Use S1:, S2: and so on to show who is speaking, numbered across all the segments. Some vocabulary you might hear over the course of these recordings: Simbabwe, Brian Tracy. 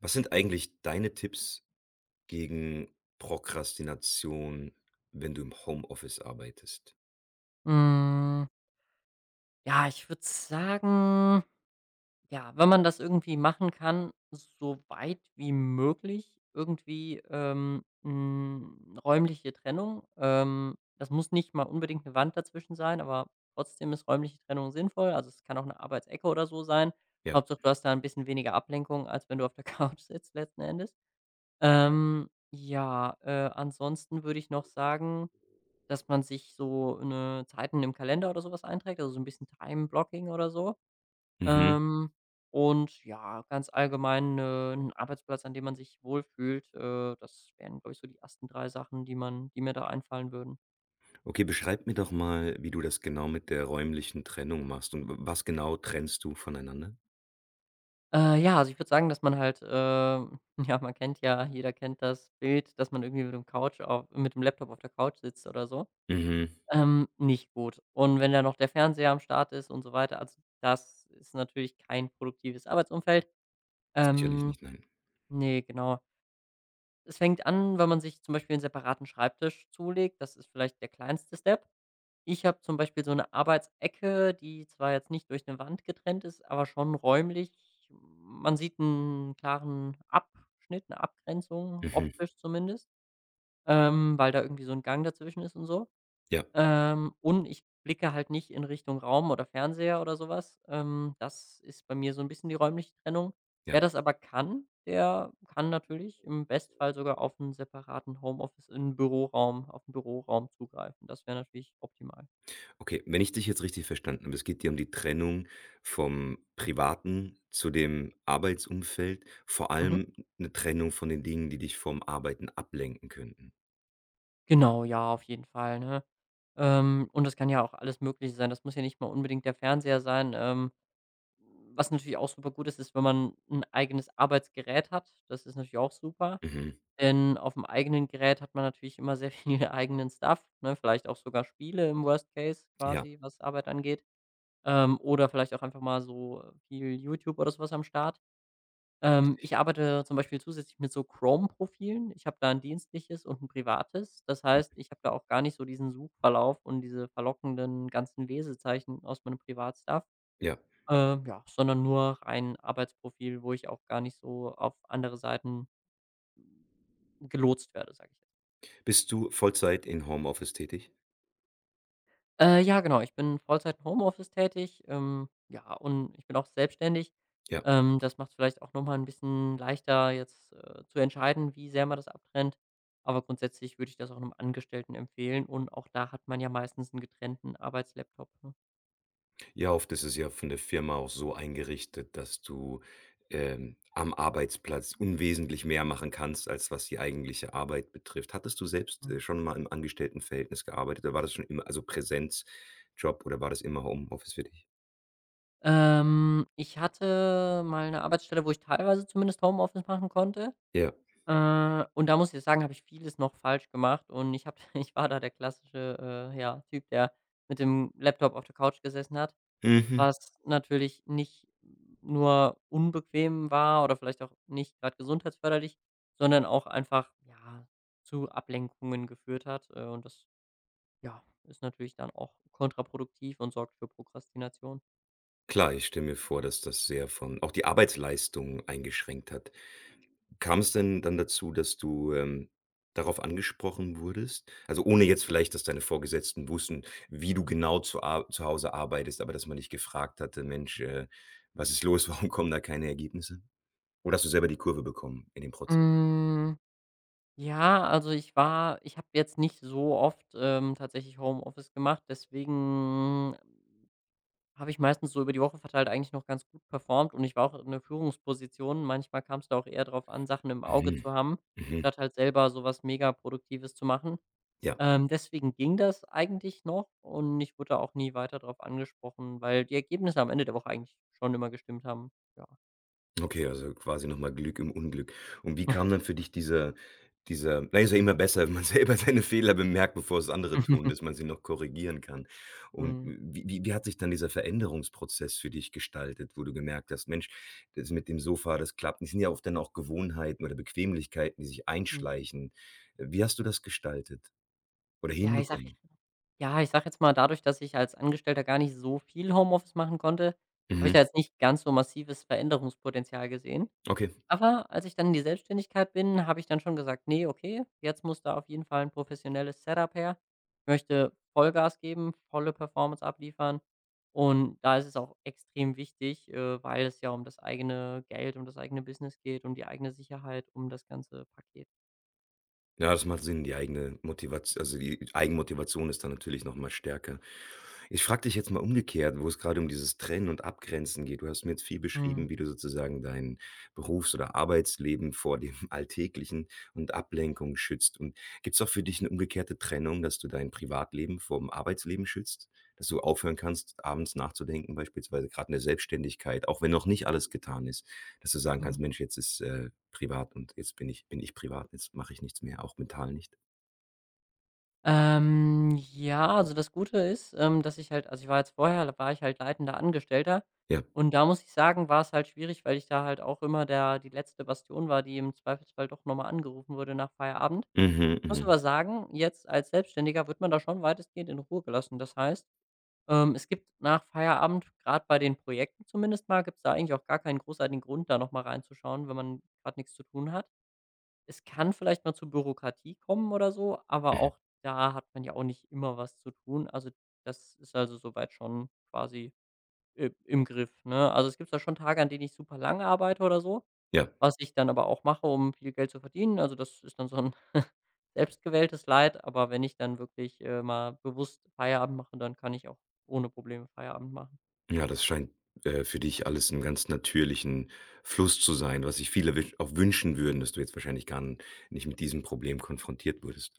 S1: Was sind eigentlich deine Tipps gegen Prokrastination, wenn du im Homeoffice arbeitest?
S2: Hm, ja, ich würde sagen, ja, wenn man das irgendwie machen kann, so weit wie möglich irgendwie, räumliche Trennung. Das muss nicht mal unbedingt eine Wand dazwischen sein, aber trotzdem ist räumliche Trennung sinnvoll. Also, es kann auch eine Arbeitsecke oder so sein.
S1: Ja.
S2: Hauptsache, du hast da ein bisschen weniger Ablenkung, als wenn du auf der Couch sitzt letzten Endes. Ja, ansonsten würde ich noch sagen, dass man sich so eine Zeiten im Kalender oder sowas einträgt, also so 'n bisschen Time Blocking oder so.
S1: Mhm.
S2: Ähm, und ja, ganz allgemein, 'n Arbeitsplatz, an dem man sich wohlfühlt. Das wären, glaube ich, so die ersten 3 Sachen, die mir da einfallen würden.
S1: Okay, beschreib mir doch mal, wie du das genau mit der räumlichen Trennung machst und w was genau trennst du voneinander?
S2: Ja, also ich würde sagen, dass man halt, ja, man kennt ja jeder kennt das Bild, dass man irgendwie mit dem Laptop auf der Couch sitzt oder so.
S1: Mhm.
S2: Nicht gut. Und wenn da noch der Fernseher am Start ist und so weiter, also das ist natürlich kein produktives Arbeitsumfeld.
S1: Sicherlich
S2: Ähm,
S1: nicht, nein.
S2: ne, genau. Es fängt an, wenn man sich zum Beispiel einen separaten Schreibtisch zulegt. Das ist vielleicht der kleinste Step. Ich habe zum Beispiel so 'ne Arbeitsecke, die zwar jetzt nicht durch eine Wand getrennt ist, aber schon räumlich. Man sieht einen klaren Abschnitt, eine Abgrenzung,
S1: Mhm.
S2: optisch zumindest, weil da irgendwie so ein Gang dazwischen ist und so.
S1: Ja,
S2: Und ich blicke halt nicht in Richtung Raum oder Fernseher oder sowas. Das ist bei mir so ein bisschen die räumliche Trennung. Wer
S1: ja.
S2: das aber kann, der kann natürlich im Bestfall sogar auf einen separaten Homeoffice in Büroraum auf einen Büroraum zugreifen. Das wäre natürlich optimal.
S1: Okay, wenn ich dich jetzt richtig verstanden habe, es geht dir um die Trennung vom Privaten zu dem Arbeitsumfeld, vor
S2: Mhm.
S1: allem eine Trennung von den Dingen, die dich vom Arbeiten ablenken könnten.
S2: Genau, ja, auf jeden Fall, ne? Und das kann ja auch alles Mögliche sein. Das muss ja nicht mal unbedingt der Fernseher sein. Was natürlich auch super gut ist, ist, wenn man ein eigenes Arbeitsgerät hat. Das ist natürlich auch super.
S1: Mhm.
S2: Denn auf dem eigenen Gerät hat man natürlich immer sehr viel eigenen Stuff, ne? Vielleicht auch sogar Spiele im Worst Case
S1: Ja,
S2: quasi, was Arbeit angeht, oder vielleicht auch einfach mal so, viel YouTube oder so was am Start. Ähm,
S1: richtig.
S2: ich arbeite zum Beispiel zusätzlich mit so Chrome-Profilen. Ich habe da ein dienstliches und ein privates. Das heißt, ich habe da auch gar nicht so diesen Suchverlauf und diese verlockenden ganzen Lesezeichen aus meinem Privatstuff,
S1: Ja.
S2: ja, sondern nur ein Arbeitsprofil, wo ich auch gar nicht so auf andere Seiten gelotst werde, sage ich.
S1: Bist du Vollzeit in Homeoffice tätig?
S2: Ja, genau. Ich bin Vollzeit im Homeoffice tätig, ja, und ich bin auch selbstständig.
S1: Ja.
S2: Das macht's vielleicht auch noch mal 'n bisschen leichter, jetzt, zu entscheiden, wie sehr man das abtrennt. Aber grundsätzlich würde ich das auch einem Angestellten empfehlen und auch da hat man ja meistens einen getrennten Arbeitslaptop, ne?
S1: Ja, oft ist es ja von der Firma auch so eingerichtet, dass du, am Arbeitsplatz unwesentlich mehr machen kannst, als was die eigentliche Arbeit betrifft. Hattest du selbst,
S2: Mhm.
S1: schon mal im Angestelltenverhältnis gearbeitet oder war das schon immer also Präsenzjob oder war das immer Homeoffice für dich?
S2: Ich hatte mal eine Arbeitsstelle, wo ich teilweise zumindest Homeoffice machen konnte.
S1: Ja.
S2: Und da muss ich sagen, habe ich vieles noch falsch gemacht und ich habe ich war da der klassische, ja, Typ, der mit dem Laptop auf der Couch gesessen hat,
S1: Mhm.
S2: was natürlich nicht nur unbequem war oder vielleicht auch nicht gerade gesundheitsförderlich, sondern auch einfach, ja, zu Ablenkungen geführt hat. Und das, ja, ist natürlich dann auch kontraproduktiv und sorgt für Prokrastination.
S1: Klar, ich stelle mir vor, dass das sehr von auch die Arbeitsleistung eingeschränkt hat. Kam es denn dann dazu, dass du, darauf angesprochen wurdest? Also, ohne jetzt vielleicht, dass deine Vorgesetzten wussten, wie du genau zu ar zu Hause arbeitest, aber dass man dich gefragt hatte: „Mensch, was ist los? Warum kommen da keine Ergebnisse?“ Oder hast du selber die Kurve bekommen in dem Prozess?
S2: Hm. Ja, also ich habe jetzt nicht so oft, tatsächlich Homeoffice gemacht, deswegen habe ich meistens so über die Woche verteilt eigentlich noch ganz gut performt und ich war auch in 'ner Führungsposition. Manchmal kam es da auch eher darauf an, Sachen im Auge
S1: Mhm.
S2: zu haben,
S1: Mhm.
S2: statt halt selber so was mega Produktives zu machen.
S1: Ja.
S2: Deswegen ging das eigentlich noch und ich wurde auch nie weiter darauf angesprochen, weil die Ergebnisse am Ende der Woche eigentlich schon immer gestimmt haben. Ja.
S1: Okay, also quasi nochmal Glück im Unglück. Und wie kam dann für dich dieser dieser na, ist ja immer besser, wenn man selber seine Fehler bemerkt, bevor es andere tun, dass man sie noch korrigieren kann. Und wie hat sich dann dieser Veränderungsprozess für dich gestaltet, wo du gemerkt hast: „Mensch, das mit dem Sofa, das klappt nicht.“ Sind ja oft dann auch Gewohnheiten oder Bequemlichkeiten, die sich
S2: Mhm.
S1: einschleichen. Wie hast du das gestaltet oder
S2: Ja,
S1: hinbekommen?
S2: ich sag jetzt mal, dadurch, dass ich als Angestellter gar nicht so viel Homeoffice machen konnte, habe ich da
S1: Mhm,
S2: jetzt nicht ganz so massives Veränderungspotenzial gesehen.
S1: okay.
S2: Aber als ich dann in die Selbstständigkeit bin, habe ich dann schon gesagt: „Nee, okay, jetzt muss da auf jeden Fall ein professionelles Setup her. Ich möchte Vollgas geben, volle Performance abliefern.“ Und da ist es auch extrem wichtig, weil es ja um das eigene Geld, um das eigene Business geht, um die eigene Sicherheit, um das ganze Paket.
S1: Ja, das macht Sinn, die eigene Motivats also die Eigenmotivation ist dann natürlich nochmal stärker. Ich frage dich jetzt mal umgekehrt, wo es gerade um dieses Trennen und Abgrenzen geht. Du hast mir jetzt viel
S2: Mhm,
S1: beschrieben, wie du sozusagen dein Berufs oder Arbeitsleben vor dem Alltäglichen und Ablenkung schützt. Und gibt es auch für dich eine umgekehrte Trennung, dass du dein Privatleben vom Arbeitsleben schützt? Dass du aufhören kannst, abends nachzudenken beispielsweise gerade in der Selbstständigkeit, auch wenn noch nicht alles getan ist, dass du sagen kannst:
S2: mhm.
S1: „Mensch, jetzt ist, privat und jetzt bin ich privat, jetzt mache ich nichts mehr, auch mental nicht.“
S2: Ja, also das Gute ist, dass ich halt also ich war jetzt vorher da war ich halt leitender Angestellter
S1: Ja.
S2: und da muss ich sagen, war es halt schwierig, weil ich da halt auch immer der die letzte Bastion war, die im Zweifelsfall doch noch mal angerufen wurde nach Feierabend.
S1: Mhm,
S2: Muss
S1: mhm,
S2: aber sagen, jetzt als Selbstständiger wird man da schon weitestgehend in Ruhe gelassen. Das heißt, es gibt nach Feierabend, gerade bei den Projekten zumindest mal, gibt's da eigentlich auch gar keinen großartigen Grund, da noch mal reinzuschauen, wenn man gerade nichts zu tun hat. Es kann vielleicht mal zu Bürokratie kommen oder so, aber
S1: mhm.
S2: auch da hat man ja auch nicht immer was zu tun. Also, das ist also soweit schon quasi i im Griff, ne? Also, es gibt da schon Tage, an denen ich super lange arbeite oder so,
S1: Ja.
S2: was ich dann aber auch mache, um viel Geld zu verdienen. Also, das ist dann so ein selbstgewähltes Leid, aber wenn ich dann wirklich, mal bewusst Feierabend mache, dann kann ich auch ohne Probleme Feierabend machen.
S1: Ja, das scheint, für dich alles einen ganz natürlichen Fluss zu sein, was sich viele wüsch auch wünschen würden, dass du jetzt wahrscheinlich gar n nicht mit diesem Problem konfrontiert wurdest.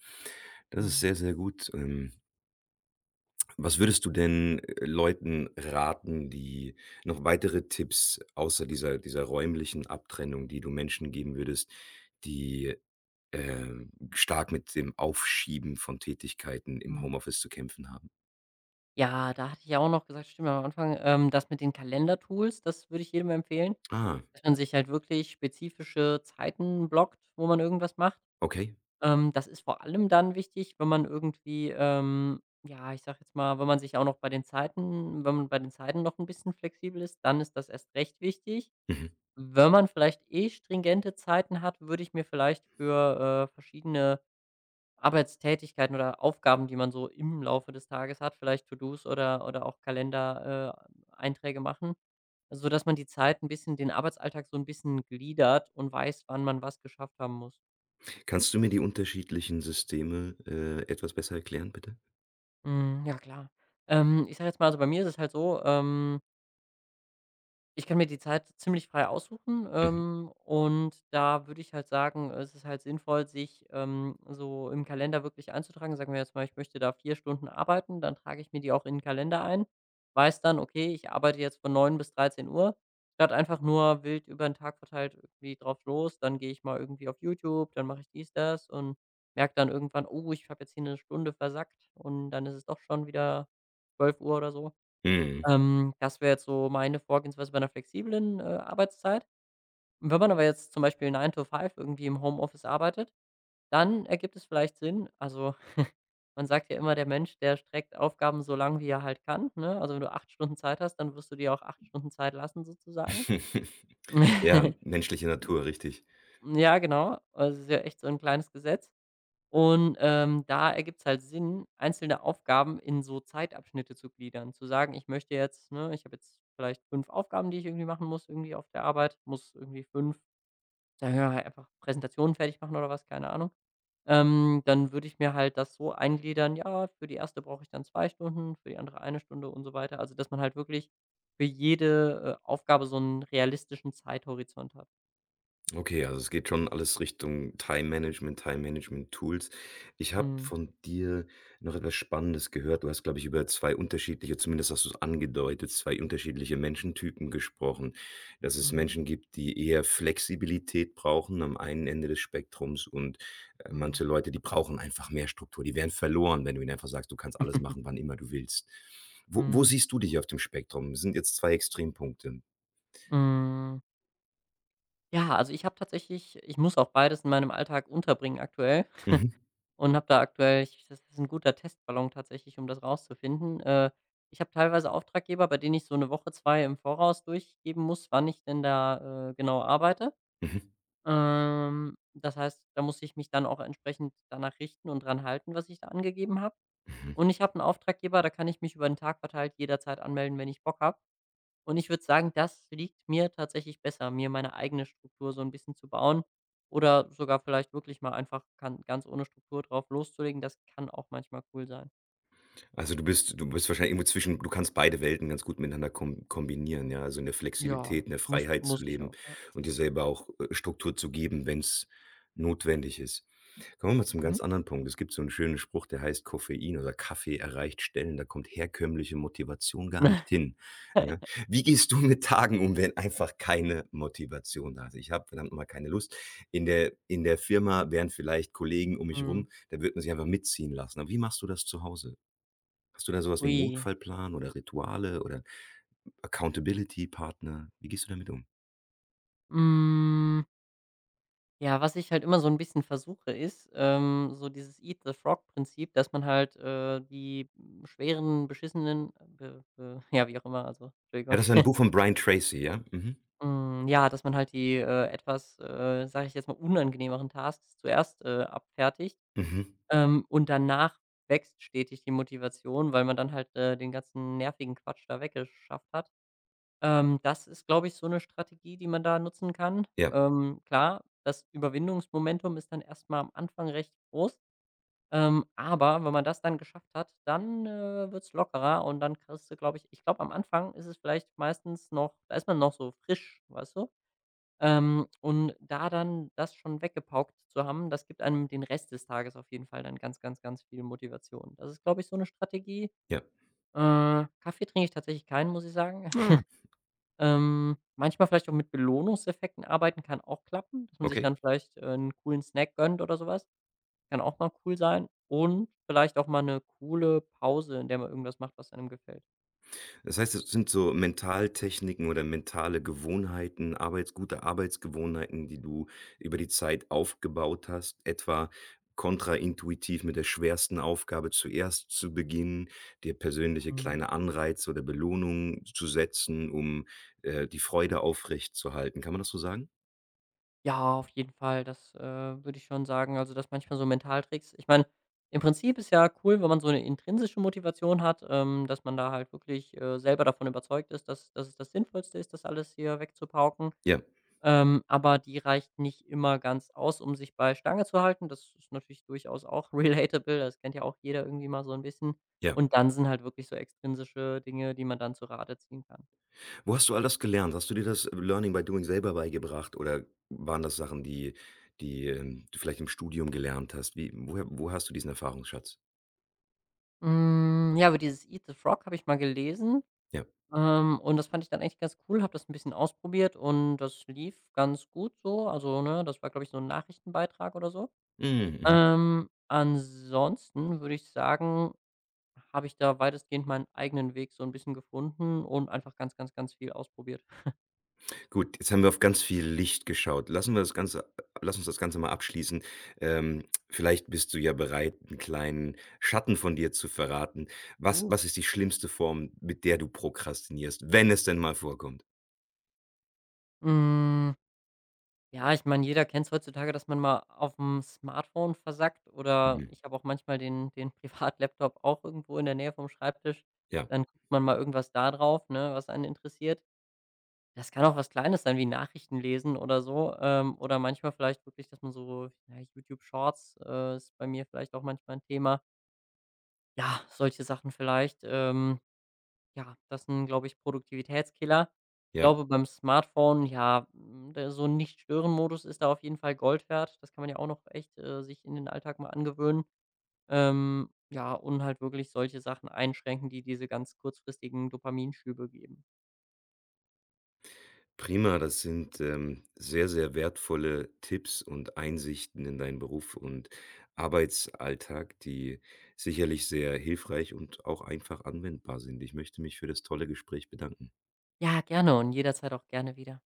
S1: Das ist
S2: Mhm,
S1: sehr, sehr gut. Was würdest du denn, Leuten raten, die noch weitere Tipps außer dieser räumlichen Abtrennung, die du Menschen geben würdest, die, stark mit dem Aufschieben von Tätigkeiten im
S2: mhm.
S1: Homeoffice zu kämpfen haben?
S2: Ja, da hatte ich ja auch noch gesagt, stimmt, am Anfang, das mit den Kalendertools, das würde ich jedem empfehlen.
S1: Ah,
S2: Dass man sich halt wirklich spezifische Zeiten blockt, wo man irgendwas macht.
S1: okay.
S2: Das ist vor allem dann wichtig, wenn man irgendwie, ja, ich sage jetzt mal, wenn man sich auch noch bei den Zeiten wenn man bei den Zeiten noch ein bisschen flexibel ist, dann ist das erst recht wichtig.
S1: Mhm.
S2: Wenn man vielleicht eh stringente Zeiten hat, würde ich mir vielleicht für, verschiedene Arbeitstätigkeiten oder Aufgaben, die man so im Laufe des Tages hat, vielleicht To-dos oder auch Kalender Einträge machen, sodass man die Zeit ein bisschen den Arbeitsalltag so ein bisschen gliedert und weiß, wann man was geschafft haben muss.
S1: Kannst du mir die unterschiedlichen Systeme, etwas besser erklären, bitte?
S2: Mhm, ja klar. Ich sage jetzt mal, also bei mir ist es halt so. Ich kann mir die Zeit ziemlich frei aussuchen,
S1: Mhm.
S2: und da würde ich halt sagen, es ist halt sinnvoll, sich, so im Kalender wirklich einzutragen. Sagen wir jetzt mal, ich möchte da 4 Stunden arbeiten, dann trage ich mir die auch in den Kalender ein, weiß dann: „Okay, ich arbeite jetzt von 9 bis dreizehn Uhr.“ Statt einfach nur wild über den Tag verteilt irgendwie drauf los. Dann gehe ich mal irgendwie auf YouTube, dann mache ich dies, das und merke dann irgendwann: „Oh, ich habe jetzt hier eine Stunde versackt“ und dann ist es doch schon wieder zwölf Uhr oder so.
S1: Mhm.
S2: Das wäre jetzt so meine Vorgehensweise bei einer flexiblen, Arbeitszeit. Und wenn man aber jetzt zum Beispiel 9 to 5 irgendwie im Homeoffice arbeitet, dann ergibt es vielleicht Sinn, also man sagt ja immer, der Mensch, der streckt Aufgaben so lang, wie er halt kann, ne? Also, wenn du 8 Stunden Zeit hast, dann wirst du dir auch 8 Stunden Zeit lassen sozusagen.
S1: Ja, menschliche Natur, richtig.
S2: Ja, genau. Also, es ist ja echt so ein kleines Gesetz. Und, da ergibt es halt Sinn, einzelne Aufgaben in so Zeitabschnitte zu gliedern. Zu sagen: Ich habe jetzt vielleicht 5 Aufgaben, die ich irgendwie machen muss irgendwie auf der Arbeit, muss irgendwie fünf, sagen wir mal, einfach Präsentationen fertig machen oder was, keine Ahnung. Dann würde ich mir halt das so eingliedern, ja, für die erste brauche ich dann 2 Stunden, für die andere eine Stunde und so weiter. Also, dass man halt wirklich für jede, Aufgabe so einen realistischen Zeithorizont hat.
S1: Okay, also es geht schon alles Richtung Time-Management, Time-Management-Tools. Ich habe
S2: Mhm.
S1: von dir noch etwas Spannendes gehört. Du hast, glaube ich, über 2 unterschiedliche zumindest hast du es angedeutet, 2 unterschiedliche Menschentypen gesprochen. Dass es
S2: Mhm.
S1: Menschen gibt, die eher Flexibilität brauchen am einen Ende des Spektrums und,
S2: Mhm.
S1: manche Leute, die brauchen einfach mehr Struktur. Die werden verloren, wenn du ihnen einfach sagst: „Du kannst alles machen, wann immer du willst.“ Wo
S2: Mhm.
S1: siehst du dich auf dem Spektrum? Das Sind jetzt 2 Extrempunkte.
S2: Mhm. Ja, also ich habe tatsächlich ich muss auch beides in meinem Alltag unterbringen aktuell
S1: Mhm.
S2: und habe da aktuell ich das ist ein guter Testballon tatsächlich, um das rauszufinden. Ich habe teilweise Auftraggeber, bei denen ich so eine Woche, 2 im Voraus durchgeben muss, wann ich denn da, genau arbeite.
S1: Mhm.
S2: Das heißt, da muss ich mich dann auch entsprechend danach richten und dran halten, was ich da angegeben habe.
S1: Mhm.
S2: Und ich habe einen Auftraggeber, da kann ich mich über den Tag verteilt jederzeit anmelden, wenn ich Bock habe. Und ich würde sagen, das liegt mir tatsächlich besser, mir meine eigene Struktur so ein bisschen zu bauen oder sogar vielleicht wirklich mal einfach kann ganz ohne Struktur drauf loszulegen. Das kann auch manchmal cool sein.
S1: Also, du bist wahrscheinlich irgendwo zwischen du kannst beide Welten ganz gut miteinander kombinieren, ja? Also, eine
S2: Ja,
S1: Flexibilität, eine
S2: muss
S1: Freiheit zu
S2: muss ich
S1: leben
S2: auch, ja.
S1: und dir selber auch, Struktur zu geben, wenn es notwendig ist. Kommen wir mal zum
S2: Mhm.
S1: ganz anderen Punkt. Es gibt so einen schönen Spruch, der heißt: „Koffein oder Kaffee erreicht Stellen, da kommt herkömmliche Motivation gar nicht hin“, ja? Wie gehst du mit Tagen um, wenn einfach keine Motivation da ist? Ich habe verdammt noch mal keine Lust. In der Firma wären vielleicht Kollegen um mich
S2: Mhm.
S1: rum, da wird man sich einfach mitziehen lassen. Aber wie machst du das zu Hause? Hast du da sowas wie 'n
S2: Ui.
S1: Notfallplan oder Rituale oder Accountability-Partner? Wie gehst du damit um?
S2: Hm, ja, was ich halt immer so ein bisschen versuche, ist, so dieses Eat the Frog Prinzip, dass man halt, die schweren, beschissenen, be be ja, wie auch immer, also
S1: Ja,
S2: Entschuldigung.
S1: das ist ein Buch von Brian Tracy, ja? Mhm.
S2: Ja, dass man halt die, etwas, sage ich jetzt mal, unangenehmeren Tasks zuerst, abfertigt,
S1: Mhm.
S2: und danach wächst stetig die Motivation, weil man dann halt, den ganzen nervigen Quatsch da weggeschafft hat. Das ist, glaube ich, so eine Strategie, die man da nutzen kann.
S1: Ja,
S2: Klar, das Überwindungsmomentum ist dann erstmal am Anfang recht groß, aber wenn man das dann geschafft hat, dann, wird's lockerer und dann kriegst du, glaube ich ich glaube, am Anfang ist es vielleicht meistens noch, da ist man noch so frisch, weißt du? Und da dann das schon weggepaukt zu haben, das gibt einem den Rest des Tages auf jeden Fall dann ganz, ganz, ganz viel Motivation. Das ist, glaube ich, so eine Strategie.
S1: ja.
S2: Kaffee trinke ich tatsächlich keinen, muss ich sagen.
S1: Ah,
S2: Manchmal vielleicht auch mit Belohnungseffekten arbeiten kann auch klappen, dass man sich
S1: okay.
S2: dann vielleicht, 'n coolen Snack gönnt oder sowas. Kann auch mal cool sein und vielleicht auch mal eine coole Pause, in der man irgendwas macht, was einem gefällt.
S1: Das heißt, es sind so Mentaltechniken oder mentale Gewohnheiten, Arbeits gute Arbeitsgewohnheiten, die du über die Zeit aufgebaut hast, etwa kontraintuitiv mit der schwersten Aufgabe zuerst zu beginnen, dir persönliche kleine Anreize oder Belohnungen zu setzen, um, die Freude aufrechtzuerhalten. Kann man das so sagen?
S2: Ja, auf jeden Fall. Das, würde ich schon sagen. Also, dass manchmal so Mentaltricks, ich meine, im Prinzip ist ja cool, wenn man so eine intrinsische Motivation hat, dass man da halt wirklich, selber davon überzeugt ist, dass es das Sinnvollste ist, das alles hier wegzupauken.
S1: Ja,
S2: Aber die reicht nicht immer ganz aus, um sich bei Stange zu halten. Das ist natürlich durchaus auch relatable. Das kennt ja auch jeder irgendwie mal so ein bisschen.
S1: ja.
S2: Und dann sind halt wirklich so extrinsische Dinge, die man dann zu Rate ziehen kann.
S1: Wo hast du all das gelernt? Hast du dir das Learning by Doing selber beigebracht oder waren das Sachen, die du vielleicht im Studium gelernt hast? Wie woher wo hast du diesen Erfahrungsschatz?
S2: Ja, aber dieses „Eat the Frog“ habe ich mal gelesen.
S1: Ja.
S2: Und das fand ich dann eigentlich ganz cool, habe das ein bisschen ausprobiert und das lief ganz gut so. Also, ne, das war, glaube ich, so ein Nachrichtenbeitrag oder so.
S1: Mhm, mhm.
S2: Ansonsten würde ich sagen, habe ich da weitestgehend meinen eigenen Weg so ein bisschen gefunden und einfach ganz, ganz, ganz viel ausprobiert.
S1: Gut, jetzt haben wir auf ganz viel Licht geschaut. Lass uns das Ganze mal abschließen. Ähm, vielleicht bist du ja bereit, einen kleinen Schatten von dir zu verraten. Was
S2: Uh,
S1: was ist die schlimmste Form, mit der du prokrastinierst, wenn es denn mal vorkommt?
S2: hm, ja, ich meine, jeder kennt's heutzutage, dass man mal auf dem Smartphone versackt oder
S1: Mhm.
S2: ich habe auch manchmal den Privatlaptop auch irgendwo in der Nähe vom Schreibtisch.
S1: Ja,
S2: Dann guckt man mal irgendwas da drauf, ne, was einen interessiert. Das kann auch was Kleines sein wie Nachrichten lesen oder so, oder manchmal vielleicht wirklich, dass man so ja, YouTube Shorts, ist bei mir vielleicht auch manchmal ein Thema. Ja, solche Sachen vielleicht, ja, das sind, glaube ich, Produktivitätskiller. Ich
S1: ja.
S2: glaube, beim Smartphone, ja, da so 'n Nicht-Stören-Modus ist da auf jeden Fall Gold wert. Das kann man ja auch noch echt, sich in den Alltag mal angewöhnen. Ja, und halt wirklich solche Sachen einschränken, die diese ganz kurzfristigen Dopaminschübe geben.
S1: Prima, das sind, sehr, sehr wertvolle Tipps und Einsichten in deinen Beruf und Arbeitsalltag, die sicherlich sehr hilfreich und auch einfach anwendbar sind. Ich möchte mich für das tolle Gespräch bedanken.
S2: Ja, gerne und jederzeit auch gerne wieder.